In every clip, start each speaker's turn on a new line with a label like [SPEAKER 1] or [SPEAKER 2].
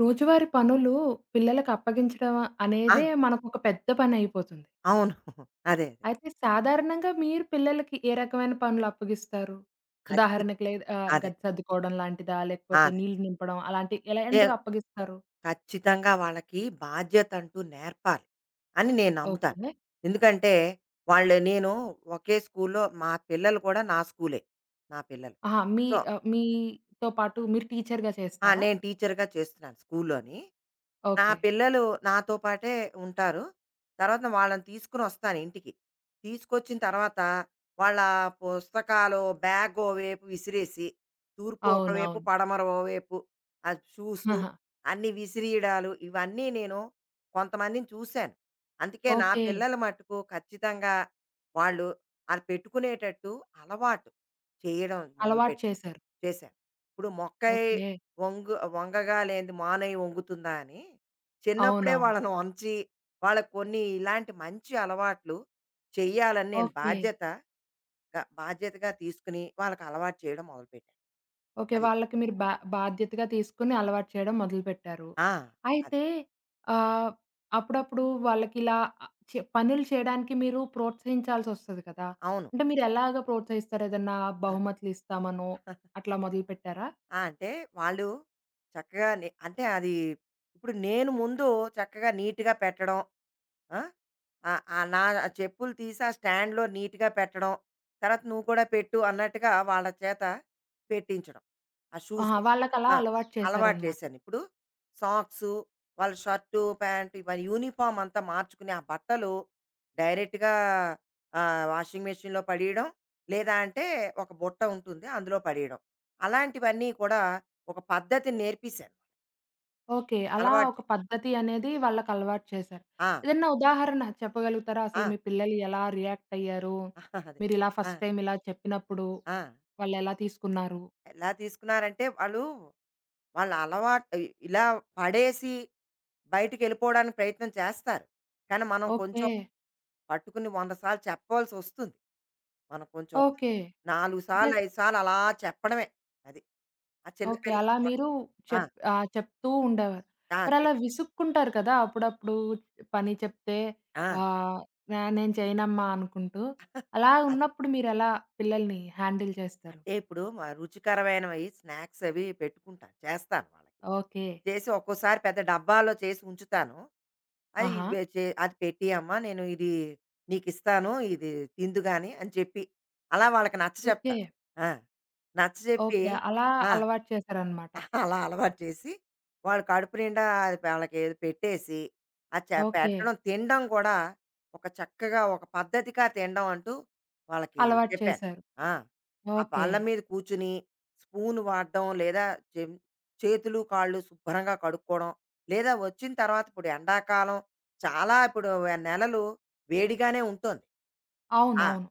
[SPEAKER 1] రోజువారీ పనులు పిల్లలకు అప్పగించడం
[SPEAKER 2] ఆ!
[SPEAKER 1] అనేదే మనకొక పెద్ద పనయిపోతుంది.
[SPEAKER 2] అవును. అదే. అదే.
[SPEAKER 1] అయితే సాధారణంగా మీరు పిల్లలకి ఏ రకమైన పనులు అప్పగిస్తారు?
[SPEAKER 2] ఖచ్చి
[SPEAKER 1] ఉదాహరణకి లేద
[SPEAKER 2] అదే.
[SPEAKER 1] గది సర్దుకోవడం లాంటిదా? లేకపోతే
[SPEAKER 2] అదే.
[SPEAKER 1] నీళ్లు నింపడం అలాంటి
[SPEAKER 2] నే
[SPEAKER 1] ఎలాంటివి అప్పగిస్తారు?
[SPEAKER 2] ఖచ్చితంగా వాళ్ళకి బాధ్యతంటూ నేర్పాలి అని నేను నమ్ముతాను.
[SPEAKER 1] ఓకే.
[SPEAKER 2] ఎందుకంటే, వాళ్ళు నేను ఒకే స్కూల్‌లో మా పిల్లలు కూడా నా స్కూలే. నా పిల్లలు.
[SPEAKER 1] ఆహా!
[SPEAKER 2] సో,
[SPEAKER 1] మీతో పాటు మీరు టీచర్‌గా
[SPEAKER 2] ఆ!
[SPEAKER 1] చేస్తారా?
[SPEAKER 2] నేను టీచర్‌గా చేస్తున్నాను స్కూల్‌లోని. నా
[SPEAKER 1] ఓకే.
[SPEAKER 2] పిల్లలు నాతో పాటే ఉంటారు. తర్వాత వాళ్ళని తీసుకొనొస్తాను ఇంటికి. తీసుకొచ్చిన తర్వాత వాళ్ళ పుస్తకాలో బ్యాగో వైపు విసిరేసి, తూర్పు
[SPEAKER 1] అవును.
[SPEAKER 2] ఒకవైపు,
[SPEAKER 1] అవును.
[SPEAKER 2] పడమర ఓవైపు షూసు
[SPEAKER 1] ఆహా.
[SPEAKER 2] అన్నీ విసిరియడాలు ఇవన్నీ నేను కొంతమందిని చూశాను. అందుకే నా
[SPEAKER 1] ఓకే.
[SPEAKER 2] పిల్లలు మట్టుకు ఖచ్చితంగా వాళ్ళు అది పెట్టుకునేటట్టు అలవాటు చేయడం
[SPEAKER 1] అలవాటు
[SPEAKER 2] మొదలుపెట్టాను.
[SPEAKER 1] చేశారు.
[SPEAKER 2] చేశాను. ఇప్పుడు మొక్కై
[SPEAKER 1] ఓకే.
[SPEAKER 2] వంగు వంగగా లేనిది మానై వంగుతుందా అని చిన్నప్పుడే
[SPEAKER 1] అవునవును.
[SPEAKER 2] వాళ్ళని వంచి, వాళ్ళకి కొన్ని ఇలాంటి మంచి అలవాట్లు చెయ్యాలని నేను
[SPEAKER 1] ఓకే.
[SPEAKER 2] బాధ్యత బాధ్యతగా తీసుకొని వాళ్ళకి అలవాటు చేయడం మొదలుపెట్టాను.
[SPEAKER 1] ఓకే.
[SPEAKER 2] అది.
[SPEAKER 1] వాళ్ళకి మీరు బా బాధ్యతగా తీసుకొని అలవాటు చేయడం మొదలుపెట్టారు.
[SPEAKER 2] ఆ! అదే.
[SPEAKER 1] అయితే ఆహ్, అప్పుడప్పుడు వాళ్ళకిలా ఆహ్, చే పనులు చేయడానికి మీరు ప్రోత్సహించాల్సొస్తది కదా!
[SPEAKER 2] అవును.
[SPEAKER 1] అంటే మీరెలాగా ప్రోత్సహిస్తారు? ఏదన్నా
[SPEAKER 2] ఆ!
[SPEAKER 1] బహుమతులిస్తామనో అట్లా మొదలుపెట్టారా?
[SPEAKER 2] ఆ! అంటే వాళ్ళు చక్కగా అంటే అది ఇప్పుడు నేను ముందు చక్కగా నీట్‌గా పెట్టడం ఆ? ఆ నా చెప్పులు తీసి ఆ స్టాండ్లో నీట్గా పెట్టడం తర్వాత నువ్వు కూడా పెట్టు అన్నట్టుగా వాళ్ళ చేత పెట్టించడం ఆ షూస్
[SPEAKER 1] ఆహా! వాళ్ళకలా అలవాటు
[SPEAKER 2] అలవాటు
[SPEAKER 1] చేశారనమాట.
[SPEAKER 2] చేశాను ఇప్పుడు సాక్స్ వాళ్ళ షర్టు ప్యాంటు ఇవన్నీ యూనిఫామ్ అంతా మార్చుకుని ఆ బట్టలు డైరెక్ట్గా వాషింగ్ మెషిన్లో పడేయడం లేదా అంటే ఒక బుట్ట ఉంటుంది అందులో పడేయడం అలాంటివన్నీ కూడా ఒక పద్ధతిని నేర్పించాను
[SPEAKER 1] ఓకే. అలా
[SPEAKER 2] అలవాటు
[SPEAKER 1] ఒక పద్ధతి అనేది వాళ్ళకలవాటు చేశారు.
[SPEAKER 2] ఆ,
[SPEAKER 1] ఏదన్నా ఉదాహరణ చెప్పగలుగుతారా?
[SPEAKER 2] ఆ,
[SPEAKER 1] అసలు మీ పిల్లలు ఎలా రియాక్ట్ అయ్యారు?
[SPEAKER 2] అదే
[SPEAKER 1] మీరిలా
[SPEAKER 2] ఆ,
[SPEAKER 1] ఫస్ట్ టైమ్ ఇలా చెప్పినప్పుడు
[SPEAKER 2] ఆ.
[SPEAKER 1] వాళ్ళెలా తీసుకున్నారు?
[SPEAKER 2] ఎలా తీసుకున్నారంటే వాళ్ళు వాళ్ళ అలవాటు ఇలా పడేసి బయటికి వెళ్ళిపోవడానికి ప్రయత్నం చేస్తారు. కానీ మనం
[SPEAKER 1] ఓకే.
[SPEAKER 2] కొంచెం పట్టుకుని 100 సార్లు చెప్పవలసి వస్తుంది. మనం కొంచెం
[SPEAKER 1] ఓకే.
[SPEAKER 2] 4 సార్లు,
[SPEAKER 1] జస్ట్
[SPEAKER 2] 5 సార్లు అలా చెప్పడమే. అది. ఆ చిన్న
[SPEAKER 1] ఓకే.
[SPEAKER 2] పిల్లలు
[SPEAKER 1] అలా
[SPEAKER 2] కూడా
[SPEAKER 1] మీరు
[SPEAKER 2] ఆ!
[SPEAKER 1] చెప్ ఆహ్, చెప్తూ ఉండేవారు.
[SPEAKER 2] ఆ!
[SPEAKER 1] మరలా విసుక్కుంటారు కదా! అప్పుడప్పుడు పని చెప్తే
[SPEAKER 2] ఆ!
[SPEAKER 1] ఆహ్, నా నేను చేయనమ్మా అనుకుంటూ. అలా
[SPEAKER 2] అదే.
[SPEAKER 1] ఉన్నప్పుడు మీరెలా పిల్లల్ని హ్యాండిల్ చేస్తారు?
[SPEAKER 2] అంటే ఇప్పుడు రుచికరమైనవి స్నాక్స్ అవి పెట్టుకుంటాను. చేస్తాను వాళ్ళకి.
[SPEAKER 1] ఓకే.
[SPEAKER 2] చేసి ఒక్కోసారి పెద్ద డబ్బాలో చేసి ఉంచుతాను. అది
[SPEAKER 1] ఆహా!
[SPEAKER 2] అది పెట్టియమ్మా నేను ఇది నీకు ఇస్తాను ఇది తిందు గాని అని చెప్పి అలా వాళ్ళకి నచ్చ చెప్తా
[SPEAKER 1] ఓకే.
[SPEAKER 2] ఆ, నచ్చ చెప్పి
[SPEAKER 1] ఓకే. అలా అలవాటు చేశారనమాట.
[SPEAKER 2] అలా అలవాటు చేసి, వాళ్ళు కడుపు నిండా అది వాళ్ళకి ఏదో పెట్టేసి, ఆ చ
[SPEAKER 1] ఓకే.
[SPEAKER 2] పెట్టడం తినడం కూడా ఒక చక్కగా ఒక పద్ధతిగా తినడం అంటూ వాళ్ళకి
[SPEAKER 1] అలవాటు
[SPEAKER 2] చెప్పాను.
[SPEAKER 1] చేశారు.
[SPEAKER 2] ఆ! ఆ
[SPEAKER 1] ఓకే.
[SPEAKER 2] బల్ల మీద కూర్చుని స్పూన్ వాడడం లేదా చెం చేతులు, కాళ్ళు శుభ్రంగా కడుక్కోవడం, లేదా వచ్చిన తర్వాత ఇప్పుడు ఎండాకాలం చాలా ఇప్పుడు నెలలు వేడిగానే ఉంటుంది. ఆ!
[SPEAKER 1] అవునవును.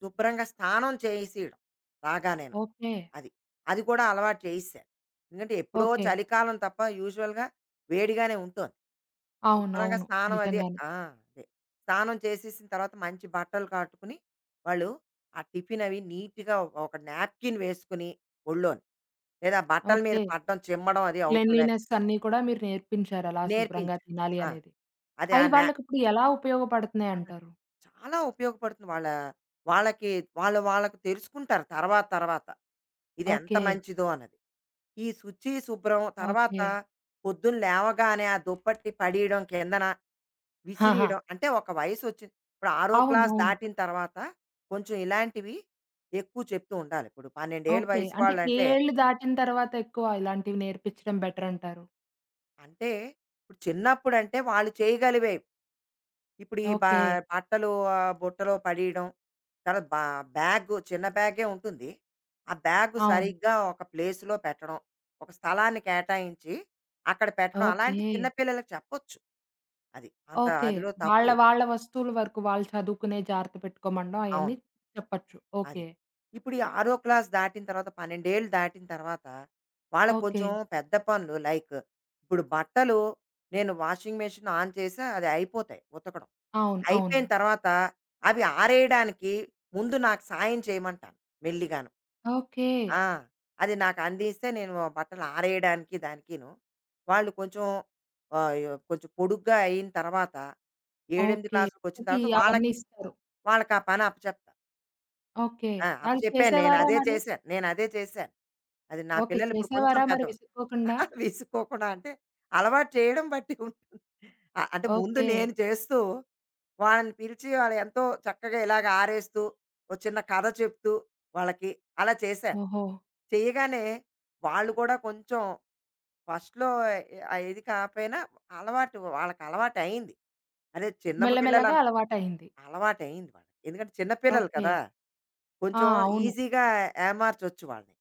[SPEAKER 2] శుభ్రంగా స్నానం చేసియడం రాగానేను.
[SPEAKER 1] ఓకే.
[SPEAKER 2] అది. అది కూడా అలవాటు చేయిసాను. ఎందుకంటే ఎప్పుడో
[SPEAKER 1] ఓకే.
[SPEAKER 2] చలికాలం తప్ప యూజువల్‌గా వేడిగానే ఉంటోంది. శుభ్రంగా
[SPEAKER 1] అవునవును.
[SPEAKER 2] స్నానం అది
[SPEAKER 1] నిజంగానే.
[SPEAKER 2] ఆ! అదే. స్నానం చేసేసిన తర్వాత మంచి బట్టలు కట్టుకుని, వాళ్ళు ఆ టిఫిన్ అవి నీట్‌గా ఒక నాప్కిన్ వేసుకుని ఒళ్ళోని, లేదా బట్టల మీద
[SPEAKER 1] ఓకే.
[SPEAKER 2] పడడం, చిమ్మడం అది అవుతుందని
[SPEAKER 1] క్లెన్లీనెస్ అన్నీ కూడా మీరు నేర్పించారు, అలా శుభ్రంగా
[SPEAKER 2] నేర్పించాను.
[SPEAKER 1] తినాలి
[SPEAKER 2] ఆ!
[SPEAKER 1] అనేది.
[SPEAKER 2] అది ఆ
[SPEAKER 1] అయి
[SPEAKER 2] నా
[SPEAKER 1] వాళ్ళకిప్పుడు ఎలా ఉపయోగపడుతున్నాయంటారు?
[SPEAKER 2] చాలా ఉపయోగపడుతుంది. వాళ్ళ వాళ్ళకి వాళ్ళు వాళ్ళకి తెలుసుకుంటారు తర్వాత తర్వాత. ఇది ఎంత
[SPEAKER 1] ఓకే.
[SPEAKER 2] మంచిదో అన్నది. ఈ శుచి, శుభ్రం తర్వాత
[SPEAKER 1] ఓకే.
[SPEAKER 2] పొద్దున్న లేవగానే ఆ దుప్పటి పడేయడం కిందన,
[SPEAKER 1] ఆహా!
[SPEAKER 2] విసిరేయడం. అంటే ఒక వయసొచ్చింది. ఇప్పుడు ఆరో క్లాస్
[SPEAKER 1] అవునవును.
[SPEAKER 2] దాటిన తర్వాత కొంచెం ఇలాంటివి ఎక్కువ చెప్తూ ఉండాలి. ఇప్పుడు 12 ఏళ్ళ
[SPEAKER 1] ఓకే.
[SPEAKER 2] వయసు
[SPEAKER 1] అంటే ఏ
[SPEAKER 2] వాళ్ళంటే,
[SPEAKER 1] ఏళ్ళు దాటిన తర్వాత ఎక్కువ ఇలాంటివి నేర్పించడం బెటరంటారు?
[SPEAKER 2] అంటే అంటే ఇప్పుడు చిన్నప్పుడంటే వాళ్ళు చేయగలివేవి. ఇప్పుడు ఈ
[SPEAKER 1] ఓకే.
[SPEAKER 2] బట్టలు బుట్టలో పడేయడం. తర్వాత బ్యాగు చిన్న బ్యాగే ఉంటుంది. ఆ బ్యాగు
[SPEAKER 1] అవును.
[SPEAKER 2] సరిగ్గా ఒక ప్లేస్‌లో పెట్టడం. ఒక స్థలాన్ని కేటాయించి అక్కడ పెట్టడం. అలాంటి
[SPEAKER 1] ఓకే.
[SPEAKER 2] చిన్న పిల్లలకి చెప్పొచ్చు. అది. అంత
[SPEAKER 1] ఓకే.
[SPEAKER 2] అదిలో తప్పు
[SPEAKER 1] వాళ్ళ
[SPEAKER 2] లేదు.
[SPEAKER 1] వాళ్ళ వస్తువుల వరకు వాళ్ళు చదువుకునేయి జాగ్రత్త పెట్టుకోమనడం
[SPEAKER 2] అవును.
[SPEAKER 1] అయన్నీ చెప్పచ్చు.
[SPEAKER 2] అది.
[SPEAKER 1] ఓకే.
[SPEAKER 2] ఇప్పుడు ఈ ఆరో క్లాస్ దాటిన తర్వాత 12 దాటిన తర్వాత వాళ్ళకి
[SPEAKER 1] ఓకే.
[SPEAKER 2] కొంచెం పెద్ద పనులు లైక్ ఇప్పుడు బట్టలు నేను వాషింగ్ మెషిన్ ఆన్ చేసి అది అయిపోతాయి ఉతకడం.
[SPEAKER 1] అవును. అవును.
[SPEAKER 2] అయిపోయిన తర్వాత అవి ఆరేయడానికి ముందు నాకు సాయం చేయమంటాను మెల్లిగాను.
[SPEAKER 1] ఓకే.
[SPEAKER 2] ఆ! అది నాకు అందిస్తే నేను ఆ బట్టలు ఆరేయడానికి దానికిను. వాళ్ళు కొంచెం ఆహ్, యొ కొంచెం పొడుగ్గా అయిన తర్వాత 7, 8
[SPEAKER 1] ఓకే.
[SPEAKER 2] క్లాసులకొచ్చిన
[SPEAKER 1] వాళ్ళకి
[SPEAKER 2] తర్వాత
[SPEAKER 1] అవన్నీ
[SPEAKER 2] వాళ్ళకి
[SPEAKER 1] ఇస్తారు.
[SPEAKER 2] వాళ్ళకి ఆ పని అప్పచెప్తాను.
[SPEAKER 1] ఓకే.
[SPEAKER 2] ఆ!
[SPEAKER 1] అది
[SPEAKER 2] అప్పచెప్పాను. నేను
[SPEAKER 1] చేసేవారా
[SPEAKER 2] అదే
[SPEAKER 1] మరి?
[SPEAKER 2] చేశాను. నేను అదే చేశాను. అది నా
[SPEAKER 1] ఓకే.
[SPEAKER 2] పిల్లలు ఇప్పుడు కొంచెం
[SPEAKER 1] చేసేవారా మరి,
[SPEAKER 2] పెద్దవాళ్ళు.
[SPEAKER 1] విసుక్కోకుండా?
[SPEAKER 2] విసుక్కోకుండా అంటే అలవాటు చేయడం బట్టి ఉంటుంది. అంటే ముందు
[SPEAKER 1] ఓకే.
[SPEAKER 2] నేను చేస్తూ వాళ్ళని పిలిచి వాళ్ళు ఎంతో చక్కగా ఇలాగ ఆరేస్తూ, ఓ చిన్న కథ చెప్తూ వాళ్ళకి అలా చేశాను.
[SPEAKER 1] ఓహో!
[SPEAKER 2] చేయగానే వాళ్ళు కూడా కొంచెం ఫస్ట్‌లో ఇది కాకపోయినా అలవాటు వాళ్ళకి అలవాటయింది. అదే చిన్న పిల్లలు
[SPEAKER 1] మెల్లమెల్లగా అలవాటయింది.
[SPEAKER 2] అలవాటయింది వాళ్ళకి. ఎందుకంటే చిన్న పిల్లలు
[SPEAKER 1] ఓకే.
[SPEAKER 2] కదా!
[SPEAKER 1] ఆ!
[SPEAKER 2] కొంచెం
[SPEAKER 1] అవును.
[SPEAKER 2] ఈజీగా ఏమార్చొచ్చు వాళ్ళని.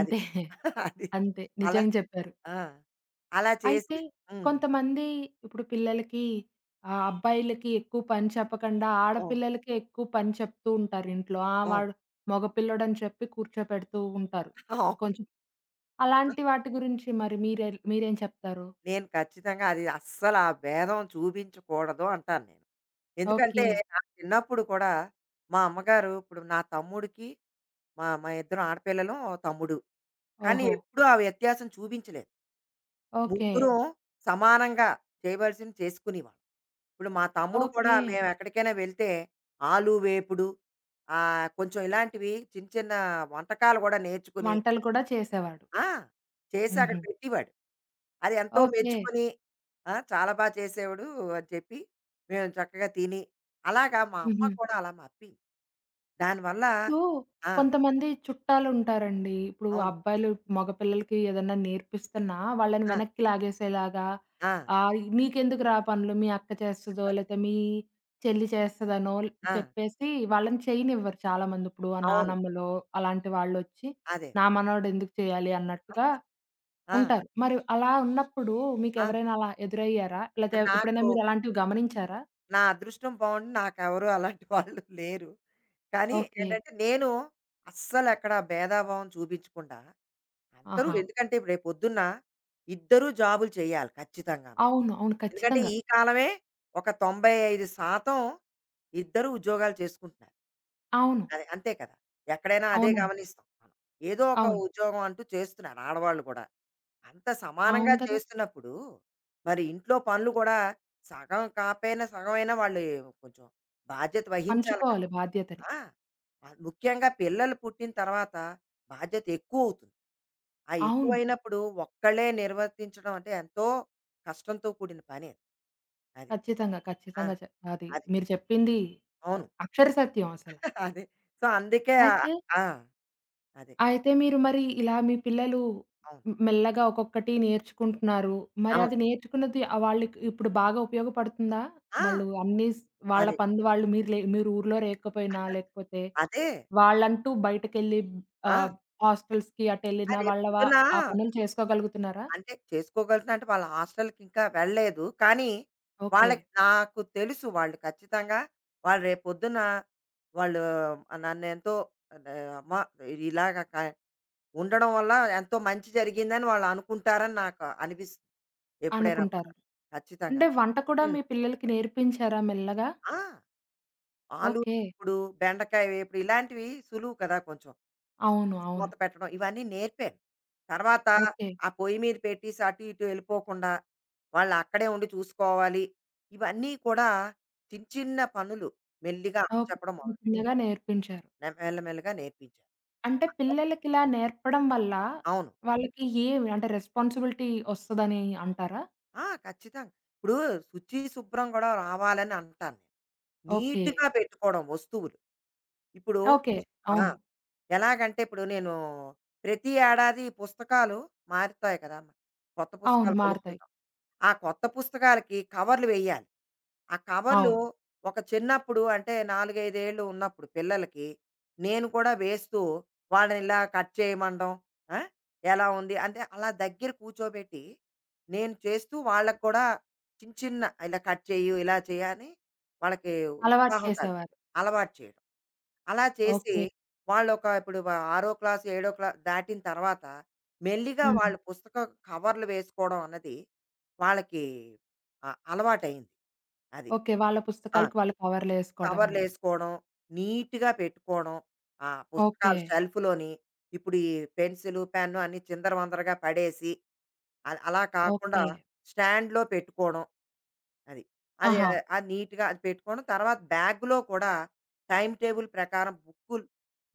[SPEAKER 2] అది. అది.
[SPEAKER 1] అంతే.
[SPEAKER 2] అలా
[SPEAKER 1] నిజంగా చెప్పారు.
[SPEAKER 2] ఆ! అలా చేసి
[SPEAKER 1] అయితే
[SPEAKER 2] హ్మ్.
[SPEAKER 1] కొంతమంది ఇప్పుడు పిల్లలకి, అబ్బాయిలకి ఎక్కువ పని చెప్పకుండా
[SPEAKER 2] అవును.
[SPEAKER 1] ఆడపిల్లలకే ఎక్కువ పని చెప్తూ ఉంటారు ఇంట్లో. ఆ!
[SPEAKER 2] అవును.
[SPEAKER 1] వాడు మగపిల్లోడని చెప్పి కూర్చోపెడుతూ ఉంటారు.
[SPEAKER 2] అవును.
[SPEAKER 1] కొంచెం అలాంటి వాటి గురించి మరి మీరేం చెప్తారు?
[SPEAKER 2] నేను ఖచ్చితంగా అది అస్సలు ఆ భేదం చూపించకూడదు అంటాను నేను. ఎందుకంటే,
[SPEAKER 1] ఓకే.
[SPEAKER 2] నా చిన్నప్పుడు కూడా మా అమ్మగారు ఇప్పుడు నా తమ్ముడికి మా మా ఇద్దరం ఆడపిల్లలు, తమ్ముడు. కానీ
[SPEAKER 1] ఓహో!
[SPEAKER 2] ఎప్పుడూ ఆ వ్యత్యాసం చూపించలేదు.
[SPEAKER 1] ఓకే.
[SPEAKER 2] ముగ్గురం సమానంగా చేయవలసింది చేసుకునేవాళ్ళం. ఇప్పుడు మా తమ్ముడు కూడా
[SPEAKER 1] ఓకే.
[SPEAKER 2] మేమెక్కడికైనా వెళ్తే, ఆలు వేపుడు కొంచెం ఇలాంటివి చిన్న చిన్న వంటకాలు గూడా నేర్చుకుని
[SPEAKER 1] వంటలు కూడా చేసేవాడు.
[SPEAKER 2] ఆ! చేసి అక్కడ
[SPEAKER 1] హుహు.
[SPEAKER 2] పెట్టేవాడు. అది ఎంతో
[SPEAKER 1] ఓకే.
[SPEAKER 2] మెచ్చుకొని ఆ! చాలా చేసేవాడు అని చెప్పి, మేము చక్కగా తిని, అలాగా మా అమ్మ
[SPEAKER 1] హుహు.
[SPEAKER 2] కూడా అలా మప్పింది. దానివల్ల
[SPEAKER 1] ఇప్పుడు
[SPEAKER 2] ఆ!
[SPEAKER 1] కొంతమంది చుట్టాలుంటారండి. ఇప్పుడు
[SPEAKER 2] అవును.
[SPEAKER 1] అబ్బాయిలు, మగపిల్లలకి ఏదన్నా నేర్పిస్తున్నా వాళ్ళని
[SPEAKER 2] ఆ!
[SPEAKER 1] వెనక్కి లాగేసేలాగా
[SPEAKER 2] ఆ!
[SPEAKER 1] "నీకెందుకురా, ఆ నీకెందుకు రా పనులు మీ అక్క చేస్తదో, లేతే మీ చెల్లి చేస్తదనో"
[SPEAKER 2] ఆ!
[SPEAKER 1] చెప్పేసి వాళ్ళని చేయనివ్వరు చాలామంది. ఇప్పుడు ఆ
[SPEAKER 2] అవును.
[SPEAKER 1] నానమ్మలో అలాంటి వాళ్ళొచ్చి,
[SPEAKER 2] అదే.
[SPEAKER 1] "నా మనవడు ఎందుకు చేయాలి" అన్నట్టుగా
[SPEAKER 2] ఆ!
[SPEAKER 1] ఉంటారు. మరి అలా ఉన్నప్పుడు
[SPEAKER 2] ఆ!
[SPEAKER 1] మీకెవరైనా అలా ఎదురయ్యారా? లేతే ఎప్పుడైనా
[SPEAKER 2] నాకు
[SPEAKER 1] మీరు అలాంటివి గమనించారా?
[SPEAKER 2] నా అదృష్టం బావుండి నాకెవరు అలాంటి వాళ్ళు లేరు. కానీ
[SPEAKER 1] ఓకే.
[SPEAKER 2] ఏంటంటే నేను అస్సలు ఎక్కడ భేదాభావం చూపించకుండా అందరూ
[SPEAKER 1] ఆహా!
[SPEAKER 2] ఎందుకంటే ఇప్పుడు రేపు పొద్దున్న ఇద్దరూ జాబులు చేయాలి ఖచ్చితంగాను.
[SPEAKER 1] అవును. అవును.
[SPEAKER 2] ఎందుకంటే
[SPEAKER 1] ఖచ్చితంగా.
[SPEAKER 2] ఈ కాలమే ఒక 95% ఇద్దరూ ఉద్యోగాలు చేసుకుంటున్నారు.
[SPEAKER 1] అవును.
[SPEAKER 2] అది అంతే కదా! ఎక్కడైనా అదే
[SPEAKER 1] అవునండి.
[SPEAKER 2] గమనిస్తాం మనం. ఏదో ఒక
[SPEAKER 1] అవును.
[SPEAKER 2] ఉద్యోగం అంటూ చేస్తున్నారు ఆడవాళ్ళు కూడా. అంత సమానంగా
[SPEAKER 1] అవును కదా!
[SPEAKER 2] చేస్తున్నప్పుడు మరి ఇంట్లో పనులు కూడా సగం కాపోయినా సగమైనా వాళ్ళు కొంచెం బాధ్యత వహించాలి కదా!
[SPEAKER 1] పంచుకోవాలి బాధ్యతని.
[SPEAKER 2] ఆ! ముఖ్యంగా పిల్లలు పుట్టిన తర్వాత బాధ్యత ఎక్కువవుతుంది. ఆ
[SPEAKER 1] అవును.
[SPEAKER 2] ఎక్కువైనప్పుడు ఒక్కళ్ళే నిర్వర్తించడం అంటే ఎంతో కష్టంతో కూడిన పని. అది. అది
[SPEAKER 1] ఖచ్చితంగా.
[SPEAKER 2] ఆ!
[SPEAKER 1] ఖచ్చితంగా చె అది
[SPEAKER 2] అది.
[SPEAKER 1] మీరు చెప్పింది
[SPEAKER 2] అవును.
[SPEAKER 1] అక్షర సత్యం అసల.
[SPEAKER 2] అదే. సో, అందుకే
[SPEAKER 1] అయితే,
[SPEAKER 2] ఆ! అదే.
[SPEAKER 1] అయితే మీరు మరి ఇలా మీ పిల్లలు
[SPEAKER 2] అవును.
[SPEAKER 1] మెల్లగా ఒక్కొక్కటి నేర్చుకుంటున్నారు. మరి
[SPEAKER 2] అవును.
[SPEAKER 1] అది నేర్చుకున్నది, వాళ్ళకి ఇప్పుడు బాగా ఉపయోగపడుతుందా?
[SPEAKER 2] ఆ!
[SPEAKER 1] వాళ్ళు అన్నీ స్ వాళ్ళ
[SPEAKER 2] అదే.
[SPEAKER 1] పనులు వాళ్ళు, మీరు ఊర్లో లేకపోయినా, లేకపోతే
[SPEAKER 2] అదే.
[SPEAKER 1] వాళ్ళంటూ బయటకెళ్ళి,
[SPEAKER 2] ఆ!
[SPEAKER 1] ఆహ్, హాస్టల్స్‌కి
[SPEAKER 2] ఆ!
[SPEAKER 1] అటెళ్ళినా వాళ్ళ వా
[SPEAKER 2] రేపొద్దున
[SPEAKER 1] ఆ పనులు చేసుకోగలుగుతున్నారా?
[SPEAKER 2] అంటే చేసుకోగలుగుతున్నా అంటే వాళ్ళ హాస్టల్‌కి ఇంకా వెళ్ళలేదు. కానీ,
[SPEAKER 1] ఓకే.
[SPEAKER 2] వాళ్ళకి నాకు తెలుసు వాళ్ళు ఖచ్చితంగా వాళ్ళు రేపొద్దున వాళ్ళు నన్నెంతో ఆహ్, అమ్మ ఇలాగ ఉండడం వల్ల ఎంతో మంచి జరిగిందని వాళ్ళు అనుకుంటారని నాకు అనిపిస్తుంది ఎప్పుడైనా కూడా.
[SPEAKER 1] అనుకుంటారు. అంటే
[SPEAKER 2] ఖచ్చితంగాను.
[SPEAKER 1] వంట కూడా
[SPEAKER 2] హ్మ్.
[SPEAKER 1] మీ పిల్లలకి నేర్పించారా మెల్లగా?
[SPEAKER 2] ఆ! ఆలు
[SPEAKER 1] ఓకే.
[SPEAKER 2] వేపుడు, బెండకాయ వేపుడు ఇలాంటివి సులువు కదా కొంచెం.
[SPEAKER 1] అవును.
[SPEAKER 2] ఉప్పేసి మూత
[SPEAKER 1] అవును.
[SPEAKER 2] పెట్టడం ఇవన్నీ నేర్పాను. తర్వాత
[SPEAKER 1] ఓకే.
[SPEAKER 2] ఆ పొయ్యి మీద పెట్టేసి అటు ఇటు వెళ్ళిపోకుండా వాళ్ళు అక్కడే ఉండి చూసుకోవాలి. ఇవన్నీ కూడా చిన్న చిన్న పనులు మెల్లిగా
[SPEAKER 1] ఓకే.
[SPEAKER 2] అప్పచెప్పడం మొదలుపెట్టాను.
[SPEAKER 1] చిన్నగా నేర్పించారు.
[SPEAKER 2] మెల్లమెల్లగా నేర్పించాను.
[SPEAKER 1] అంటే పిల్లలకిలా నేర్పడం వల్ల
[SPEAKER 2] అవును.
[SPEAKER 1] వాళ్ళకి ఏమి అంటే రెస్పాన్సిబిలిటీ ఒస్తదని అంటారా?
[SPEAKER 2] ఆ! ఖచ్చితంగా. ఇప్పుడు శుచి, శుభ్రం కూడా రావాలని అంటాను.
[SPEAKER 1] ఓకే.
[SPEAKER 2] నీట్‌గా పెట్టుకోవడం వస్తువులు. ఇప్పుడు
[SPEAKER 1] ఓకే.
[SPEAKER 2] పుస్ ఆ!
[SPEAKER 1] అవును.
[SPEAKER 2] ఎలాగంటే ఇప్పుడు నేను ప్రతి ఏడాది పుస్తకాలు మారుతాయి కదా! కొత్త
[SPEAKER 1] అవును.
[SPEAKER 2] పుస్తకాలు
[SPEAKER 1] మారతాయి.
[SPEAKER 2] కొనుక్కుంటాం. ఆ కొత్త పుస్తకాలకి కవర్లు వెయ్యాలి. ఆ కవర్లు
[SPEAKER 1] అవును.
[SPEAKER 2] ఒక చిన్నప్పుడు అంటే 4, 5 ఏళ్ళు ఉన్నప్పుడు పిల్లలకి నేను కూడా వేస్తూ వాళ్ళని ఇలా కట్ చేయమనడం. ఆ! ఎలా ఉంది? అంటే అలా దగ్గర కూర్చోబెట్టి నేను చేస్తూ వాళ్ళకి కూడా చిన్న చిన్న ఇలా కట్ చెయ్యి, ఇలా చెయ్యి అని వాళ్ళకి
[SPEAKER 1] అలవాటు
[SPEAKER 2] ఉత్సాహం కల్
[SPEAKER 1] చేసేవారు.
[SPEAKER 2] అలవాటు చేయడం. అలా చేసి
[SPEAKER 1] ఓకే.
[SPEAKER 2] వాళ్ళొక ఇప్పుడు ఆరో క్లాస్, ఏడో దాటిన తర్వాత మెల్లిగా
[SPEAKER 1] హ్మ్.
[SPEAKER 2] వాళ్ళు కవర్లు వేసుకోవడం అన్నది వాళ్ళకి అలవాటయింది. అది.
[SPEAKER 1] ఓకే. వాళ్ళ
[SPEAKER 2] ఆ!
[SPEAKER 1] పుస్తకాలకి వాళ్ళు కవర్‌లేసుకోవడం అనేది.
[SPEAKER 2] కవర్లేసుకోవడం, నీట్‌గా పెట్టుకోవడం. ఆ
[SPEAKER 1] ఓకే.
[SPEAKER 2] పుస్తకాలు షెల్ఫ్‌లోని ఇప్పుడు ఈ పెన్సిలు, పెన్ను అన్నీ చిందరవందరగా పడేసి, అది అలా కాకుండా
[SPEAKER 1] ఓకే.
[SPEAKER 2] స్టాండ్‌లో పెట్టుకోవడం. అది. అది
[SPEAKER 1] ఆహా!
[SPEAKER 2] అది నీట్‌గా అది పెట్టుకోవడం. తర్వాత బ్యాగ్‌లో కూడా టైమ్ టేబుల్ ప్రకారం బుక్కులు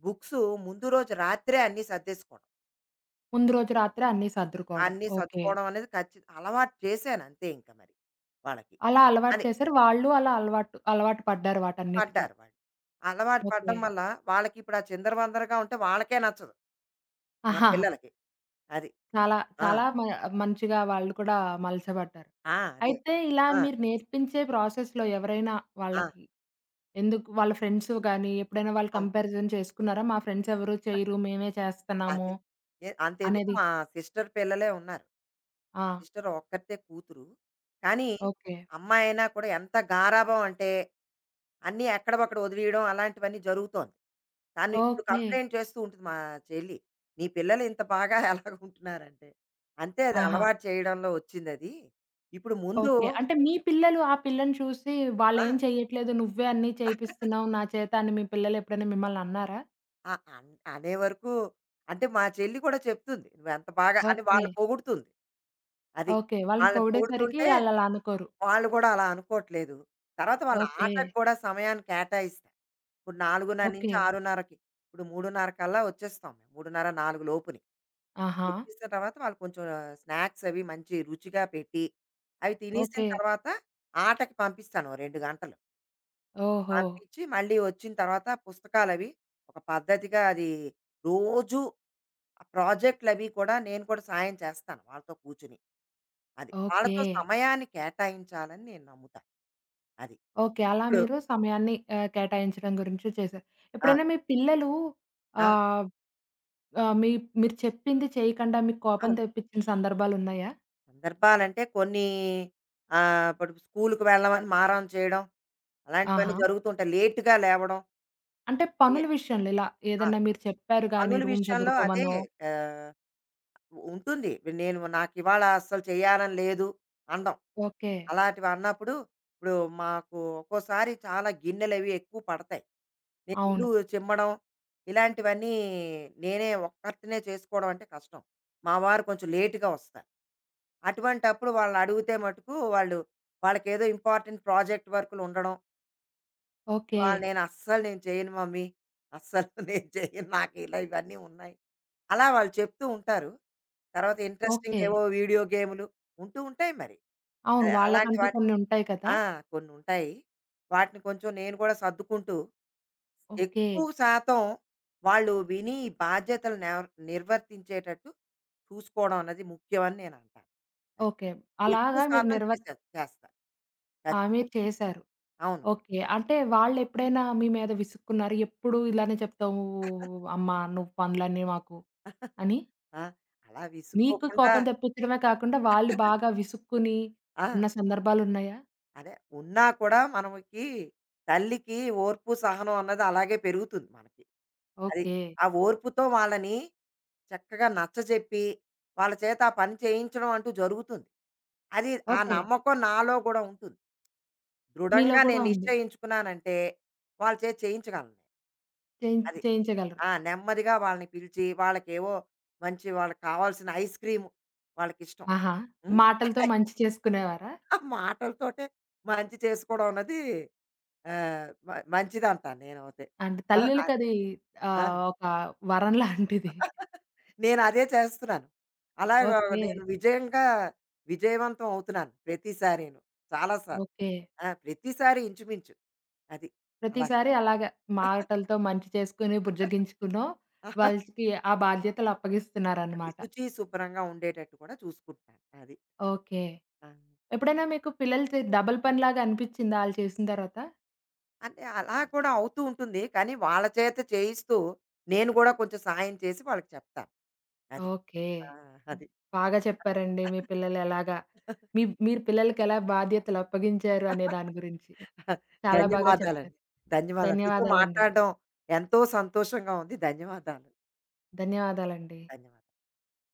[SPEAKER 2] బుక్సు ముందు రోజు రాత్రే అన్నీ సర్దేసుకోవడం.
[SPEAKER 1] ముందు రోజు రాత్రే అన్నీ సర్దుకోవడం.
[SPEAKER 2] అన్నీ
[SPEAKER 1] ఓకే.
[SPEAKER 2] సర్దుకోవడం అనేది అలవాటు చేశాను అంతే ఇంక మరి వాళ్ళకి.
[SPEAKER 1] అలా అలవాటు
[SPEAKER 2] అని
[SPEAKER 1] చేశారు. వాళ్ళు అలా అలవాటు అలవాటు పడ్డారు వాటన్నిటికి.
[SPEAKER 2] పడ్డారు వాళ్ళు. అలవాటు
[SPEAKER 1] ఓకే.
[SPEAKER 2] పడడం వల్ల వాళ్ళకిప్పుడు ఆ చిందరవందరగా ఉంటే వాళ్ళకే నచ్చదు. మా
[SPEAKER 1] ఆహాహా!
[SPEAKER 2] పిల్లలకి. అది.
[SPEAKER 1] చాలా
[SPEAKER 2] ఆ!
[SPEAKER 1] చాలా మ మంచిగా వాళ్ళు కూడా మలచబడ్డారు.
[SPEAKER 2] ఆ! అదే.
[SPEAKER 1] అయితే ఇలా
[SPEAKER 2] ఆ!
[SPEAKER 1] మీరు నేర్పించే ప్రాసెస్‌లో ఎవరైనా
[SPEAKER 2] ఆ!
[SPEAKER 1] వాళ్ళకి, ఎందుకు వాళ్ళ ఫ్రెండ్స్ గాని, ఎప్పుడైనా వాళ్ళు
[SPEAKER 2] అవును.
[SPEAKER 1] కంపారిజన్ చేసుకున్నారా? మా ఫ్రెండ్స్ ఎవరు చేయరు, మేమే చేస్తన్నాము
[SPEAKER 2] అదే. అంతెందుకు
[SPEAKER 1] అనేది?
[SPEAKER 2] మా సిస్టర్ పిల్లలే ఉన్నారు.
[SPEAKER 1] ఆ!
[SPEAKER 2] సిస్టర్ ఒక్కతే కూతురు. కానీ,
[SPEAKER 1] ఓకే.
[SPEAKER 2] అమ్మాయైనా కూడా ఎంత గారాబం అంటే, అన్నీ ఎక్కడవక్కడ వదిలేయడం అలాంటివన్నీ జరుగుతోంది. తను ఇప్పుడు
[SPEAKER 1] ఓకే.
[SPEAKER 2] కంప్లెయింట్ చేస్తూ ఉంటుంది మా చెల్లి. "నీ పిల్లలు ఇంత బాగా ఎలాగుంటున్నారంటే" అంతే అది
[SPEAKER 1] ఆహా!
[SPEAKER 2] అలవాటు చేయడంలో వచ్చిందది. ఇప్పుడు ముందు
[SPEAKER 1] ఓకే. అంటే మీ పిల్లలు ఆ పిల్లని చూసి,
[SPEAKER 2] ఆ!
[SPEAKER 1] వాళ్ళేం చెయ్యట్లేదు, నువ్వే అన్నీ చేపిస్తున్నావు నా చేత అని మీ పిల్లలు ఎప్పుడైనా మిమ్మల్ని అన్నారా?
[SPEAKER 2] అ అన్ అనే వరకు అంటే మా చెల్లి కూడా చెప్తుంది. "నువ్వెంత బాగా" అని
[SPEAKER 1] ఓకే.
[SPEAKER 2] వాళ్ళు పొగుడుతుంది. అది.
[SPEAKER 1] ఓకే. వాళ్ళని
[SPEAKER 2] వాళ్ళని
[SPEAKER 1] పొగిడేసరికి
[SPEAKER 2] పొగుడుతుంటే
[SPEAKER 1] ఆళ్ళలా అనుకోరు.
[SPEAKER 2] వాళ్ళు కూడా అలా అనుకోవట్లేదు. తర్వాత వాళ్ళ
[SPEAKER 1] ఓకే.
[SPEAKER 2] ఆటకు కూడా సమయాన్ని కేటాయిస్తారు. ఇప్పుడు
[SPEAKER 1] ఓకే.
[SPEAKER 2] 4:30-6:30కి ఇప్పుడు 3:30 కల్లా వచ్చేస్తాం మేము. 3:30, 4 లోపుని.
[SPEAKER 1] ఆహా!
[SPEAKER 2] వచ్చేసిన తర్వాత వాళ్ళు కొంచెం స్నాక్స్ అవి మంచి రుచిగా పెట్టి, అవి తినేసిన
[SPEAKER 1] ఓకే.
[SPEAKER 2] తర్వాత ఆటకి పంపిస్తాను ఓ 2 గంటలు.
[SPEAKER 1] ఓహో!
[SPEAKER 2] పంపించి మళ్ళీ వచ్చిన తర్వాత పుస్తకాలవి ఒక పద్ధతిగా అది రోజు ఆ ప్రాజెక్ట్‌లవి కూడా నేను కూడా సాయం చేస్తాను వాళ్ళతో కూర్చొని. అది.
[SPEAKER 1] ఓకే.
[SPEAKER 2] వాళ్ళతో సమయాన్ని కేటాయించాలని నేను నమ్ముతాను. అది.
[SPEAKER 1] ఓకే. అలా
[SPEAKER 2] ఇప్పుడు
[SPEAKER 1] మీరు సమయాన్ని కేటాయించడం గురించి చేశారు.
[SPEAKER 2] ఆ!
[SPEAKER 1] ఎప్పుడైనా మీ పిల్లలు
[SPEAKER 2] ఆ!
[SPEAKER 1] ఆహ్, ఆహ్, మీ మీరు చెప్పింది చేయకుండా మీకు కోపం
[SPEAKER 2] అవును.
[SPEAKER 1] తెప్పించిన సందర్భాలున్నాయా?
[SPEAKER 2] సందర్భాలంటే కొన్ని ఇప్పుడు స్కూలుకి వెళ్ళమని మారం చేయడం అలాంటివన్నీ
[SPEAKER 1] ఆహా!
[SPEAKER 2] జరుగుతుంటాయి. లేట్‌గా లేవడం.
[SPEAKER 1] అంటే
[SPEAKER 2] ఏ
[SPEAKER 1] పనుల విషయంలో ఇలా
[SPEAKER 2] ఆ!
[SPEAKER 1] ఏదన్నా మీరు చెప్పారు గానీ
[SPEAKER 2] పనుల
[SPEAKER 1] రూమ్
[SPEAKER 2] విషయంలో అదే
[SPEAKER 1] సదురుకోమనో.
[SPEAKER 2] ఆహ్, ఉంటుంది. నేను నాకివాళ అస్సలు చేయాలని లేదు అనడం.
[SPEAKER 1] ఓకే.
[SPEAKER 2] అలాంటివి అన్నప్పుడు ఇప్పుడు మాకు ఒక్కోసారి చాలా గిన్నెలవి ఎక్కువ పడతాయి. నేను ఇల్లు
[SPEAKER 1] అవును.
[SPEAKER 2] చిమ్మడం ఇలాంటివన్నీ నేనే ఒక్కర్తినే చేసుకోవడం అంటే కష్టం. మా వారు కొంచెం లేట్‌గా వస్తారు. అటువంటప్పుడు వాళ్ళని అడిగితే మటుకు వాళ్ళు వాళ్ళకేదో ఇంపార్టెంట్ ప్రాజెక్ట్ వర్క్‌లు ఉండడం.
[SPEAKER 1] ఓకే.
[SPEAKER 2] ఇవాళ నేను అస్సలు నేను చేయను మమ్మీ. అస్సలు నేను చేయను. నాకు ఇలా ఇవన్నీ ఉన్నాయి. అలా వాళ్ళు చెప్తూ ఉంటారు. తర్వాత ఇంట్రెస్టింగ్
[SPEAKER 1] ఓకే.
[SPEAKER 2] ఏవో వీడియో గేములు ఉంటూ ఉంటాయి మరి.
[SPEAKER 1] అవును.
[SPEAKER 2] అలాంటి
[SPEAKER 1] వాళ్ళకంటూ
[SPEAKER 2] వాటి
[SPEAKER 1] కొన్ని ఉంటాయి కదా!
[SPEAKER 2] ఆ! కొన్నుంటాయి. వాటిని కొంచెం నేను కూడా సర్దుకుంటూ,
[SPEAKER 1] ఓకే.
[SPEAKER 2] ఎక్కువ శాతం వాళ్ళు విని ఈ బాధ్యతలు నిర్వర్తించేటట్టు చూసుకోవడం అన్నది ముఖ్యమని నేనంటాను. అది.
[SPEAKER 1] ఓకే.
[SPEAKER 2] ఎక్కువ
[SPEAKER 1] అలాగా మీరు
[SPEAKER 2] శాతం చేశాను. చేస్తా.
[SPEAKER 1] ఆ! మీరు
[SPEAKER 2] ఖచ్చితంగా.
[SPEAKER 1] చేశారు.
[SPEAKER 2] అవును.
[SPEAKER 1] ఓకే. అంటే వాళ్ళెప్పుడైనా మీ మీద విసుక్కున్నారా? ఎప్పుడు ఇలానే చెప్తావు అమ్మా నువ్వు పనులన్నీ మాకు అని?
[SPEAKER 2] ఆ! అలా
[SPEAKER 1] మీకు
[SPEAKER 2] విసుక్కోకుండా
[SPEAKER 1] కోపం తెప్పించడమే కాకుండా వాళ్ళు బాగా విసుక్కుని
[SPEAKER 2] ఆ!
[SPEAKER 1] అన్న సందర్భాలున్నాయా?
[SPEAKER 2] అదే. ఉన్నా కూడా మనకి తల్లికి ఓర్పు, సహనం అన్నది అలాగే పెరుగుతుంది మనకి. అది.
[SPEAKER 1] ఓకే.
[SPEAKER 2] ఆ ఓర్పుతో వాళ్ళని చక్కగా నచ్చజెప్పి, వాళ్ళ చేత ఆ పని చేయించడం అంటూ జరుగుతుంది. అది ఆ ఓకే.
[SPEAKER 1] ఓకే.
[SPEAKER 2] నమ్మకం నాలో గూడా ఉంటుంది.
[SPEAKER 1] మీలో
[SPEAKER 2] దృఢంగా
[SPEAKER 1] కూడా
[SPEAKER 2] నేను
[SPEAKER 1] ఉంది.
[SPEAKER 2] నిశ్చయించుకున్నానంటే, వాళ్ళ చేత చేయించగలను. నేను. అది.
[SPEAKER 1] చేయించగలరు.
[SPEAKER 2] ఆ! నెమ్మదిగా వాళ్ళని పిలిచి, వాళ్ళకేవో మంచి వాళ్ళకి కావాల్సిన ఐస్ క్రీమ్ వాళ్ళకిష్టం.
[SPEAKER 1] ఆహా!
[SPEAKER 2] హ్మ్.
[SPEAKER 1] మాటలతో మంచి చేసుకునేవారా?
[SPEAKER 2] ఆ మాటలతోటే మంచి చేసుకోవడం అన్నది ఆహ్, మ మంచిదంటాను నేనైతే.
[SPEAKER 1] అంటే
[SPEAKER 2] ఆ! ఆ!
[SPEAKER 1] తల్లులకది,
[SPEAKER 2] ఆ!
[SPEAKER 1] ఒక వరం లాంటిది.
[SPEAKER 2] నేను అదే చేస్తున్నాను. అలాగా
[SPEAKER 1] ఓకే.
[SPEAKER 2] నేను విజయవంతం అవుతున్నాను ప్రతిసారీను. చాలా సార్లు.
[SPEAKER 1] ఓకే.
[SPEAKER 2] ఆ! ప్రతిసారి ఇంచుమించు. అది. అలాగా.
[SPEAKER 1] ప్రతిసారి అలాగా మాటలతో మంచి చేసుకొని, బుజ్జగించుకునో వాళ్ళకి ఆ బాధ్యతలు
[SPEAKER 2] అది
[SPEAKER 1] అప్పగిస్తున్నారనమాట.
[SPEAKER 2] శుచి, శుభ్రంగా ఉండేటట్టు కూడా చూసుకుంటాను. అది.
[SPEAKER 1] ఓకే.
[SPEAKER 2] ఆ!
[SPEAKER 1] ఎప్పుడైనా మీకు పిల్లలు డబుల్ పనిలాగా అనిపిచ్చిందా ఆళ్ళు చేసిన తర్వాత?
[SPEAKER 2] అంటే అలా కూడా అవుతూ ఉంటుంది. కానీ వాళ్ళ చేత చేయిస్తూ నేను కూడా కొంచెం సాయం చేసి వాళ్ళకి చెప్తాను. అది.
[SPEAKER 1] ఓకే.
[SPEAKER 2] ఆ! అది.
[SPEAKER 1] బాగా చెప్పారండి మీ పిల్లలు ఎలాగా, మీరు పిల్లలకెలా బాధ్యతలు అప్పగించారు అనే దాని గురించి. చాలా బాగా
[SPEAKER 2] ధన్యవాదాలండి.
[SPEAKER 1] చెప్పారు.
[SPEAKER 2] ధన్యవాదాలు. మీతో
[SPEAKER 1] ధన్యవాదాలండి.
[SPEAKER 2] మాట్లాడడం ఎంతో సంతోషంగా ఉంది. ధన్యవాదాలు.
[SPEAKER 1] ధన్యవాదాలండి.
[SPEAKER 2] ధన్యవాదాలు.